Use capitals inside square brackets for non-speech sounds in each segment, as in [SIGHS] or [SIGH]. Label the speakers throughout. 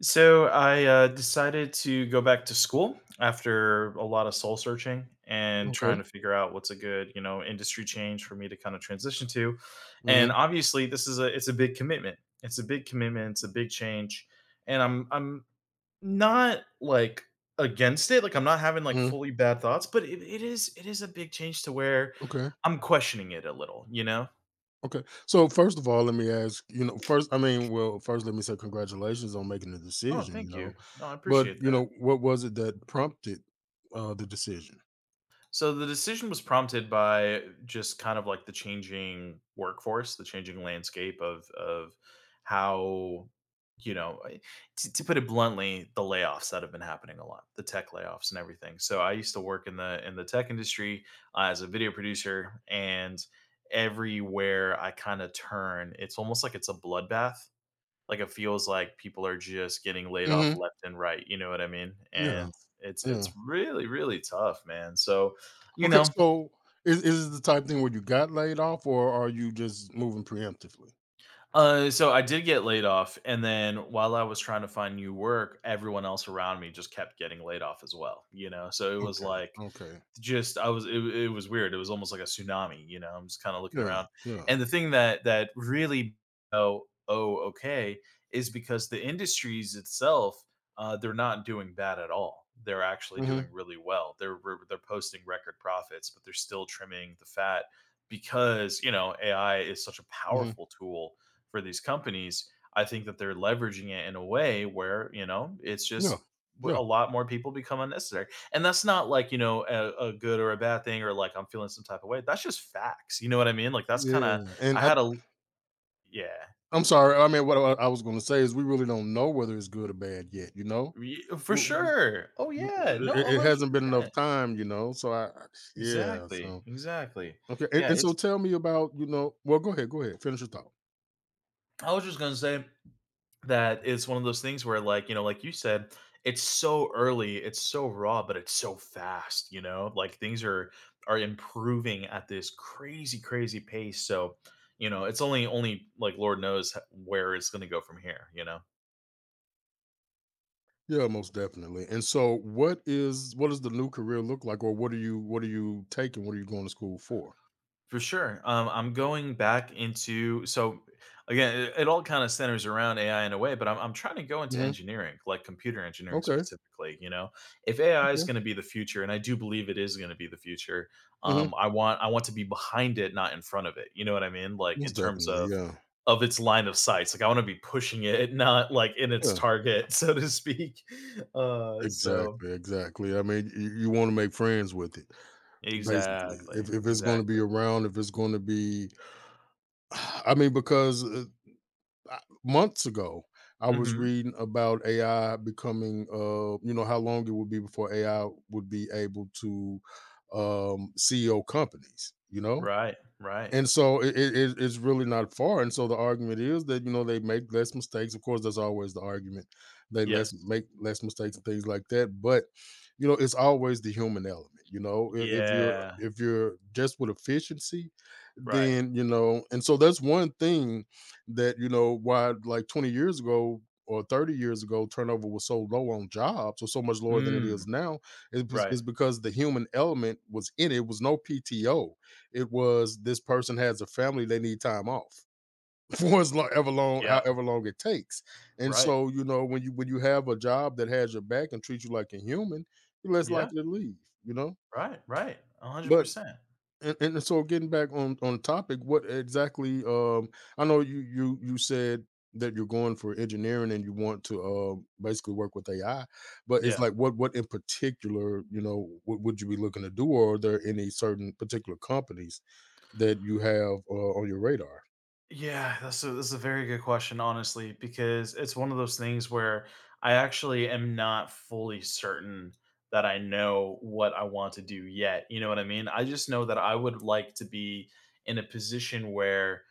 Speaker 1: So I decided to go back to school after a lot of soul searching and trying
Speaker 2: Okay.
Speaker 1: to figure out what's a good, you know, industry change for me to kind of transition to. And
Speaker 2: Mhm.
Speaker 1: obviously, this is a it's a big commitment. It's a big commitment. It's a big change. And I'm not like against it. Like I'm not having like
Speaker 2: Mhm.
Speaker 1: fully bad thoughts, but it, it is a big change to where
Speaker 2: Okay.
Speaker 1: I'm questioning it a little. You know.
Speaker 2: Okay. So first of all, let me ask, you know, first I mean, well, first let me say congratulations on making the
Speaker 1: Oh,
Speaker 2: decision,
Speaker 1: thank you. No, I
Speaker 2: But,
Speaker 1: appreciate
Speaker 2: you
Speaker 1: that.
Speaker 2: know, what was it that prompted the decision?
Speaker 1: So the decision was prompted by just kind of like the changing workforce, the changing landscape of how you know I- to, put it bluntly, the layoffs that have been happening a lot, the tech layoffs and everything. So I used to work in the tech industry, as a video producer, and everywhere I kind of turn, it's almost like it's a bloodbath. Like, it feels like people are just getting laid off
Speaker 2: Mhm.
Speaker 1: left and right, you know what I mean?
Speaker 2: Yeah.
Speaker 1: And it's
Speaker 2: Yeah.
Speaker 1: really tough, man. So, you
Speaker 2: Okay,
Speaker 1: know,
Speaker 2: so is it the type thing where you got laid off, or are you just moving preemptively?
Speaker 1: so I did get laid off, and then while I was trying to find new work, everyone else around me just kept getting laid off as well, you know? So it was
Speaker 2: Okay.
Speaker 1: like,
Speaker 2: Okay.
Speaker 1: just I was it was weird. It was almost like a tsunami, you know? I'm just kinda looking
Speaker 2: Yeah.
Speaker 1: around.
Speaker 2: Yeah.
Speaker 1: And the thing that really, oh, "Oh, okay," is because the industries itself, they're not doing bad at all. They're actually doing
Speaker 2: Mhm.
Speaker 1: really well. They're re they're posting record profits, but they're still trimming the fat because, you know, AI is such a
Speaker 2: Mhm.
Speaker 1: powerful tool for these companies. I think that they're leveraging it in a way where, you know, it's
Speaker 2: Yeah.
Speaker 1: just w
Speaker 2: Yeah.
Speaker 1: a lot more people become unnecessary. And that's not like, you know, a good or a bad thing, or like I'm feeling some type of way. That's just facts. You know what I mean? Like that's kind
Speaker 2: Yeah.
Speaker 1: of,
Speaker 2: And
Speaker 1: I
Speaker 2: I
Speaker 1: had a, yeah.
Speaker 2: I'm sorry. I mean, what I was going to say is we really don't know whether it's good or bad yet. You know,
Speaker 1: For
Speaker 2: W- w-
Speaker 1: sure. Oh yeah. No,
Speaker 2: it it hasn't been enough
Speaker 1: 100%.
Speaker 2: time. You know, so
Speaker 1: Exactly.
Speaker 2: So
Speaker 1: Exactly.
Speaker 2: okay, and,
Speaker 1: Yeah,
Speaker 2: and so
Speaker 1: it's
Speaker 2: tell me about Well, go ahead. Go ahead. Finish your thought.
Speaker 1: I was just going to say, that is one of those things where, like, you know, like you said, it's so early, it's so raw, but it's so fast, you know, like things are improving at this crazy, crazy pace. So you know it's only like lord knows where it's going to go from here, you know.
Speaker 2: Yeah, most definitely. And so, what is what does the new career look like, or what are you taking? What are you going to school for?
Speaker 1: For sure. I'm going back into, so again, it all kind of centers around AI in a way, but I'm trying to go into
Speaker 2: hmm
Speaker 1: engineering, like computer engineering
Speaker 2: Okay.
Speaker 1: specifically. You know, if AI is
Speaker 2: Okay.
Speaker 1: going to be the future, and I do believe it is going to be the future,
Speaker 2: hmm
Speaker 1: I want to be behind it, not in front of it. You know what I mean? Like in
Speaker 2: Most
Speaker 1: terms
Speaker 2: definitely.
Speaker 1: of
Speaker 2: Yeah.
Speaker 1: its line of sights. Like I want to be pushing it, [LAUGHS] not like in its
Speaker 2: Yeah.
Speaker 1: target, [LAUGHS] so to speak. So
Speaker 2: Exactly. Exactly. I mean, you want to make friends with it. Basically,
Speaker 1: exactly,
Speaker 2: if it's gonna be
Speaker 1: exactly.
Speaker 2: around, if it's gonna be [SIGHS] I mean, because, I months ago, I was
Speaker 1: Hmm.
Speaker 2: reading about AI becoming, you know, how long it would be before AI would be able to, CEO companies, you know?
Speaker 1: Right, right.
Speaker 2: And so it's really not far. And so the argument is that you know they make less mistakes. Of course, that's always the argument. They less
Speaker 1: Yes.
Speaker 2: make less mistakes and things like that. But you know, it's always the human element. You know,
Speaker 1: Yeah.
Speaker 2: if you're just with efficiency,
Speaker 1: Right.
Speaker 2: then you know. And so that's one thing that you know why like 20 years ago or 30 years ago turnover was so low on jobs or so much lower than it is
Speaker 1: Mm.
Speaker 2: now is,
Speaker 1: Right.
Speaker 2: is because the human element was in it. It was no PTO, it was this person has a family, they need time off [LAUGHS] for as long ever long
Speaker 1: Yep.
Speaker 2: however long it takes. And
Speaker 1: Right.
Speaker 2: so, you know, when you have a job that has your back and treats you like a human, you're less
Speaker 1: Yeah.
Speaker 2: likely to leave, you know?
Speaker 1: Right. Right.
Speaker 2: But
Speaker 1: 100%.
Speaker 2: and so getting back on topic, what exactly? I know you said that you're going for engineering and you want to basically work with AI, but it's
Speaker 1: Yeah.
Speaker 2: like what in particular, you know, what would you be looking to do, or are there any certain particular companies that you have on your radar?
Speaker 1: Yeah, that's a very good question, honestly, because it's one of those things where I actually am not fully certain that I know what I want to do yet. You know what I mean? I just know that I would like to be in a position where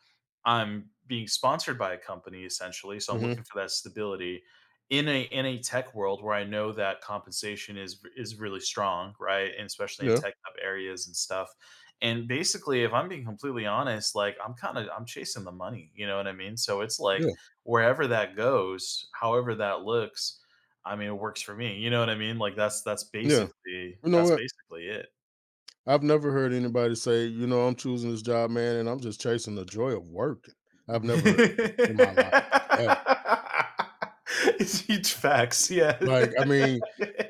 Speaker 1: I'm being sponsored by a company essentially. So I'm looking
Speaker 2: hmm
Speaker 1: for that stability in a tech world where I know that compensation is really strong, right? And especially in
Speaker 2: Yeah,
Speaker 1: tech up areas and stuff. And basically, if I'm being completely honest, like I'm kind of, I'm chasing the money, you know what I mean? So it's like,
Speaker 2: yeah,
Speaker 1: wherever that goes, however that looks, I mean, it works for me. You know what I mean? Like
Speaker 2: yeah. You know
Speaker 1: that's
Speaker 2: what?
Speaker 1: basically it.
Speaker 2: I've never heard anybody say, you know, I'm choosing this job, man, and I'm just chasing the joy of working. I've never heard that in my life ever.
Speaker 1: [LAUGHS] It's huge facts, yeah.
Speaker 2: Like,
Speaker 1: [LAUGHS]
Speaker 2: I mean,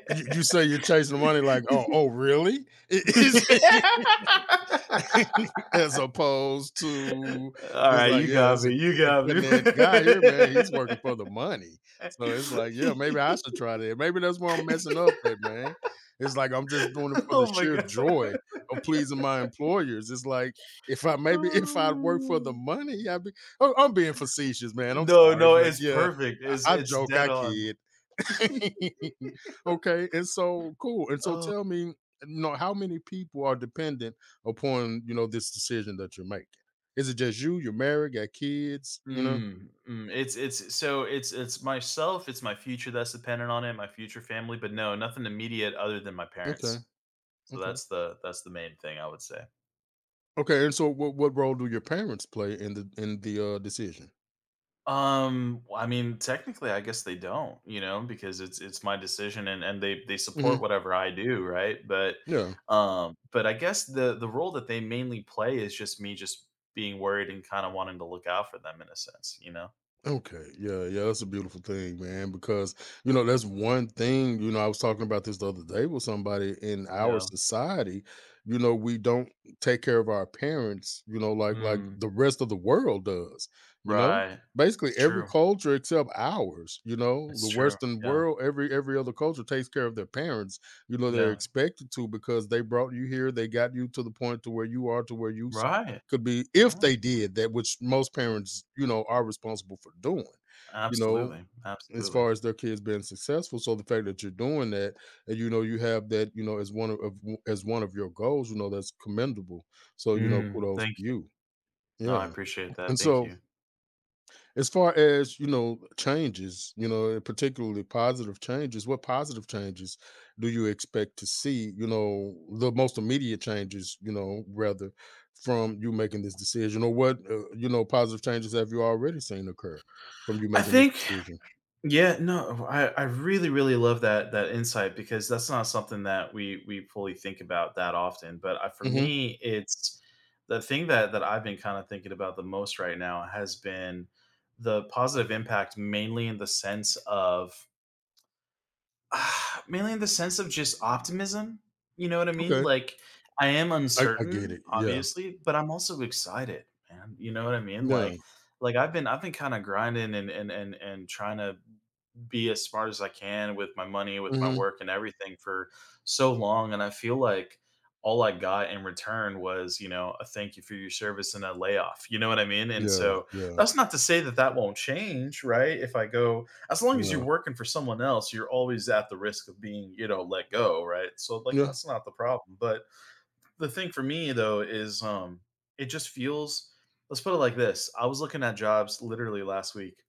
Speaker 2: you say you're chasing money like, "Oh, oh, really?" [LAUGHS] It is
Speaker 1: Yeah.
Speaker 2: [LAUGHS] as opposed to
Speaker 1: All
Speaker 2: it's
Speaker 1: right,
Speaker 2: like,
Speaker 1: you
Speaker 2: "Yeah,
Speaker 1: got
Speaker 2: it's
Speaker 1: me. You
Speaker 2: a
Speaker 1: got me.
Speaker 2: cutting-edge guy here, man. He's working
Speaker 1: [LAUGHS]
Speaker 2: for the money." So it's like, "Yeah, maybe I should try that. Maybe that's where I'm messing up at, man." It's like I'm just doing it for
Speaker 1: Oh
Speaker 2: the
Speaker 1: my
Speaker 2: sheer
Speaker 1: god.
Speaker 2: joy of pleasing my employers. It's like if I maybe [LAUGHS] if I work for the
Speaker 1: Mm.
Speaker 2: money, I'd be oh, I'm being facetious, man. I'm
Speaker 1: No,
Speaker 2: sorry,
Speaker 1: no,
Speaker 2: but
Speaker 1: it's
Speaker 2: yeah,
Speaker 1: perfect.
Speaker 2: I
Speaker 1: It's
Speaker 2: I joke,
Speaker 1: dead
Speaker 2: I
Speaker 1: on.
Speaker 2: kid.
Speaker 1: [LAUGHS]
Speaker 2: [LAUGHS] Okay, and so cool. And so
Speaker 1: Oh.
Speaker 2: tell me, you know, how many people are dependent upon, you know, this decision that you're making? Is it just you? You're married, got kids, you know?
Speaker 1: Mm, mm, it's it's myself, it's my future that's dependent on it, my future family, but no, nothing immediate other than my
Speaker 2: Okay,
Speaker 1: parents. So
Speaker 2: okay.
Speaker 1: that's the main thing I would say.
Speaker 2: Okay, and so what role do your parents play in the decision?
Speaker 1: I mean, technically, I guess they don't, you know, because it's my decision, and they support
Speaker 2: hmm
Speaker 1: whatever I do, right?
Speaker 2: Yeah.
Speaker 1: But I guess the role that they mainly play is just me just being worried and kind of wanting to look out for them in a sense, you know?
Speaker 2: Okay. Yeah, yeah, that's a beautiful thing, man, because you know, that's one thing, you know, I was talking about this the other day with somebody in our
Speaker 1: Yeah.
Speaker 2: society, you know, we don't take care of our parents, you know, like
Speaker 1: Mm,
Speaker 2: the rest of the world does, you know?
Speaker 1: right.
Speaker 2: Basically
Speaker 1: It's
Speaker 2: every
Speaker 1: true.
Speaker 2: culture except ours, you know,
Speaker 1: It's
Speaker 2: the
Speaker 1: true.
Speaker 2: western
Speaker 1: Yeah.
Speaker 2: world, every other culture takes care of their parents. You know, they're
Speaker 1: Yeah.
Speaker 2: expected to because they brought you here, they got you to the point to where you are to where you
Speaker 1: Right.
Speaker 2: could be if
Speaker 1: Right.
Speaker 2: they did that, which most parents, you know, are responsible for doing, you know,
Speaker 1: Absolutely.
Speaker 2: as
Speaker 1: Absolutely.
Speaker 2: far as their kids being successful. So the fact that you're doing that and you know you have that, you know, as one of as one of your goals, you know, that's commendable. So, you know,
Speaker 1: Mm,
Speaker 2: kudos to
Speaker 1: thank you.
Speaker 2: you.
Speaker 1: No,
Speaker 2: Yeah.
Speaker 1: I appreciate that.
Speaker 2: And
Speaker 1: Thank
Speaker 2: so
Speaker 1: you.
Speaker 2: as far as, you know, changes, you know, particularly positive changes, what positive changes do you expect to see, you know, the most immediate changes, you know, rather from you making this decision, or what, you know, positive changes have you already seen occur from you
Speaker 1: I
Speaker 2: making this
Speaker 1: think,
Speaker 2: decision?
Speaker 1: yeah, no, I really, really love that insight, because that's not something that we fully think about that often. But I, for
Speaker 2: Mhm.
Speaker 1: me, it's the thing that I've been kind of thinking about the most right now has been the positive impact, mainly in the sense of, [SIGHS] ah, mainly in the sense of just optimism, you know what I mean?
Speaker 2: Okay.
Speaker 1: Like, I am
Speaker 2: I get
Speaker 1: uncertain,
Speaker 2: it. Yeah.
Speaker 1: obviously, but I'm also excited, man, you know what I mean?
Speaker 2: Yeah.
Speaker 1: Like, I've been kinda grinding and trying to be as smart as I can with my money, with my
Speaker 2: Mhm.
Speaker 1: work, and everything for so long, and I feel like all I got in return was, you know, a "Thank you for your service" and a layoff, you know what I mean? And
Speaker 2: Yeah.
Speaker 1: so
Speaker 2: Yeah.
Speaker 1: that's not to say that that won't change, right? If I go, as long as you're
Speaker 2: Yeah.
Speaker 1: working for someone else, you're always at the risk of being, you know, let go, right? So like
Speaker 2: Yeah.
Speaker 1: that's not the problem. But the thing for me though is, it just feels, let's put it like this. I was looking at jobs literally last week,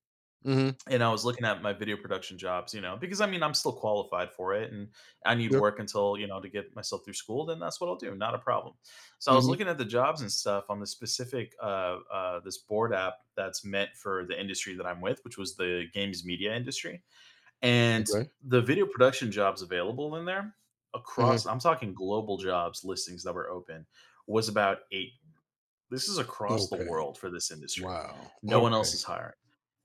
Speaker 2: Mhm.
Speaker 1: and I was looking at my video production jobs, you know, because I mean I'm still qualified for it, and I need
Speaker 2: Yeah.
Speaker 1: work until, you know, to get myself through school, then that's what I'll do, not a problem. So I was
Speaker 2: Mhm.
Speaker 1: looking at the jobs and stuff on the specific this board app that's meant for the industry that I'm with, which was the games media industry, and
Speaker 2: Okay.
Speaker 1: the video production jobs available in there
Speaker 2: Mhm.
Speaker 1: across, I'm talking global jobs listings that were open, was about 8. This is across the
Speaker 2: Okay.
Speaker 1: world for this industry.
Speaker 2: Wow.
Speaker 1: No one else
Speaker 2: Okay.
Speaker 1: is hiring.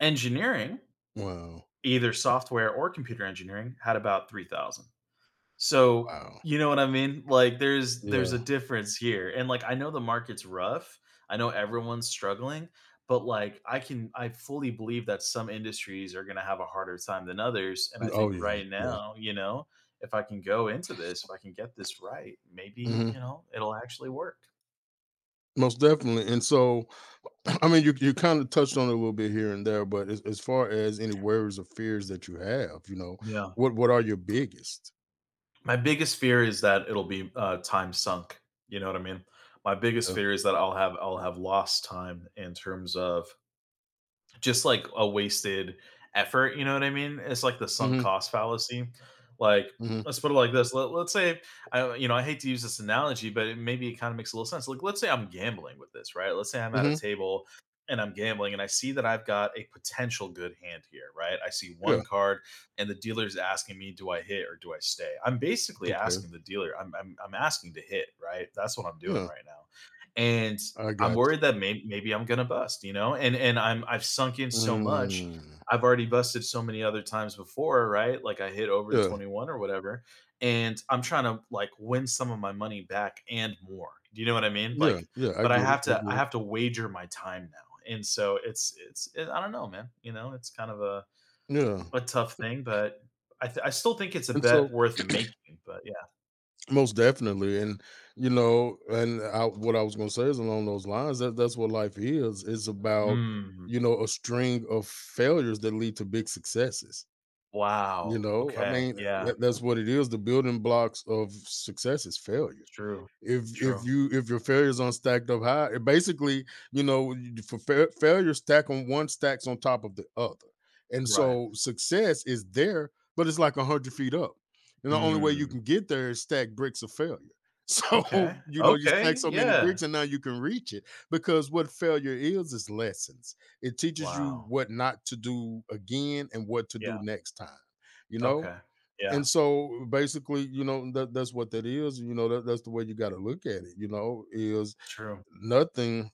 Speaker 1: Engineering,
Speaker 2: Wow.
Speaker 1: either software or computer engineering, had about 3,000. So,
Speaker 2: Wow.
Speaker 1: you know what I mean? Like there's
Speaker 2: Yeah.
Speaker 1: a difference here. And like I know the market's rough. I know everyone's struggling, but like I can, I fully believe that some industries are going to have a harder time than others, and I
Speaker 2: Oh
Speaker 1: think
Speaker 2: yeah,
Speaker 1: right
Speaker 2: yeah,
Speaker 1: now, you know, if I can go into this, if I can get this right, maybe,
Speaker 2: mhm,
Speaker 1: you know, it'll actually work.
Speaker 2: most definitely. And so, [CLEARS THROAT] I mean, you kind of touched on it a little bit here and there, but as far as any worries or fears that you have, you know,
Speaker 1: Yeah.
Speaker 2: what are your biggest?
Speaker 1: My biggest fear is that it'll be, time sunk. You know what I mean? My biggest
Speaker 2: Yeah.
Speaker 1: fear is that I'll have lost time in terms of just like a wasted effort. You know what I mean? It's like the sunk
Speaker 2: hmm
Speaker 1: cost fallacy. Like,
Speaker 2: hmm
Speaker 1: let's put it like this. Let's say, I, you know, I hate to use this analogy, but it, maybe it kind of makes a little sense. Like, let's say I'm gambling with this, right? Let's say I'm at a
Speaker 2: hmm
Speaker 1: table and I'm gambling, and I see that I've got a potential good hand here, right? I see one
Speaker 2: Yeah.
Speaker 1: card, and the dealer's asking me, do I hit or do I stay? I'm basically
Speaker 2: Okay.
Speaker 1: asking the dealer, I'm asking to hit, right? That's what I'm doing
Speaker 2: Yeah,
Speaker 1: right now. And
Speaker 2: I
Speaker 1: I'm
Speaker 2: got
Speaker 1: worried that maybe I'm gonna bust, you know, and I'm, I've sunk in
Speaker 2: you.
Speaker 1: so much. I've already busted so many other times before, right? Like I hit over the
Speaker 2: Yeah,
Speaker 1: 21 or whatever, and I'm trying to like win some of my money back and more. Do you know what I mean? Like,
Speaker 2: yeah. I
Speaker 1: but
Speaker 2: get it. I
Speaker 1: I
Speaker 2: get it.
Speaker 1: have to wager my time now, and so it's I don't know, man. You know, it's kind of a
Speaker 2: Yeah.
Speaker 1: tough thing, but I still think it's a
Speaker 2: And
Speaker 1: bet
Speaker 2: so,
Speaker 1: worth making. But yeah,
Speaker 2: most definitely, and you know, and I, what I was going to say is along those lines. That that's what life is. It's about
Speaker 1: mm,
Speaker 2: you know a string of failures that lead to big successes. You
Speaker 1: wow,
Speaker 2: know, I
Speaker 1: okay,
Speaker 2: mean,
Speaker 1: yeah,
Speaker 2: that's what it is. The building blocks of success is failure
Speaker 1: true,
Speaker 2: if
Speaker 1: true,
Speaker 2: you if your failures on stacked up high, it basically you know for failure stack on one stacks on top of the other, and
Speaker 1: right.
Speaker 2: so success is there, but it's like 100 feet up, and the only way you
Speaker 1: Mm.
Speaker 2: can get there is stack bricks of failure. [LAUGHS] So
Speaker 1: Okay.
Speaker 2: you know you stack
Speaker 1: Okay,
Speaker 2: so many
Speaker 1: yeah.
Speaker 2: bricks, and now you can reach it because what failure is lessons. It teaches you
Speaker 1: Wow.
Speaker 2: what not to do again and what to
Speaker 1: Yeah,
Speaker 2: do next time. You know,
Speaker 1: okay. Yeah,
Speaker 2: and so basically, you know, that that's what that is. You know, that's the way you got to look at it. You know, is
Speaker 1: true.
Speaker 2: nothing,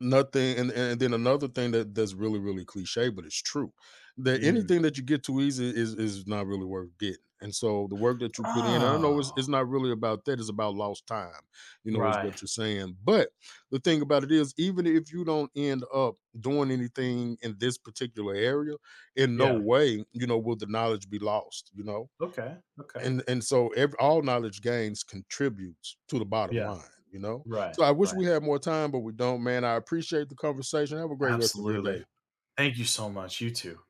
Speaker 2: nothing, and then another thing that that's really really cliche, but it's true. That
Speaker 1: Mm.
Speaker 2: anything that you get too easy is not really worth getting. And so the work that you put in, and I know
Speaker 1: Oh,
Speaker 2: it's not really about that. It's about lost time, you know, is
Speaker 1: right.
Speaker 2: what you're saying. But the thing about it is, even if you don't end up doing anything in this particular area, in no
Speaker 1: Yeah.
Speaker 2: way, you know, will the knowledge be lost, you know?
Speaker 1: Okay, okay.
Speaker 2: And so ev all knowledge gains contributes to the bottom
Speaker 1: Yeah.
Speaker 2: line, you know?
Speaker 1: Right,
Speaker 2: So I wish
Speaker 1: right.
Speaker 2: we had more time, but we don't, man. I appreciate the conversation. Have a great rest of your
Speaker 1: Absolutely.
Speaker 2: day.
Speaker 1: Thank you so much. You too.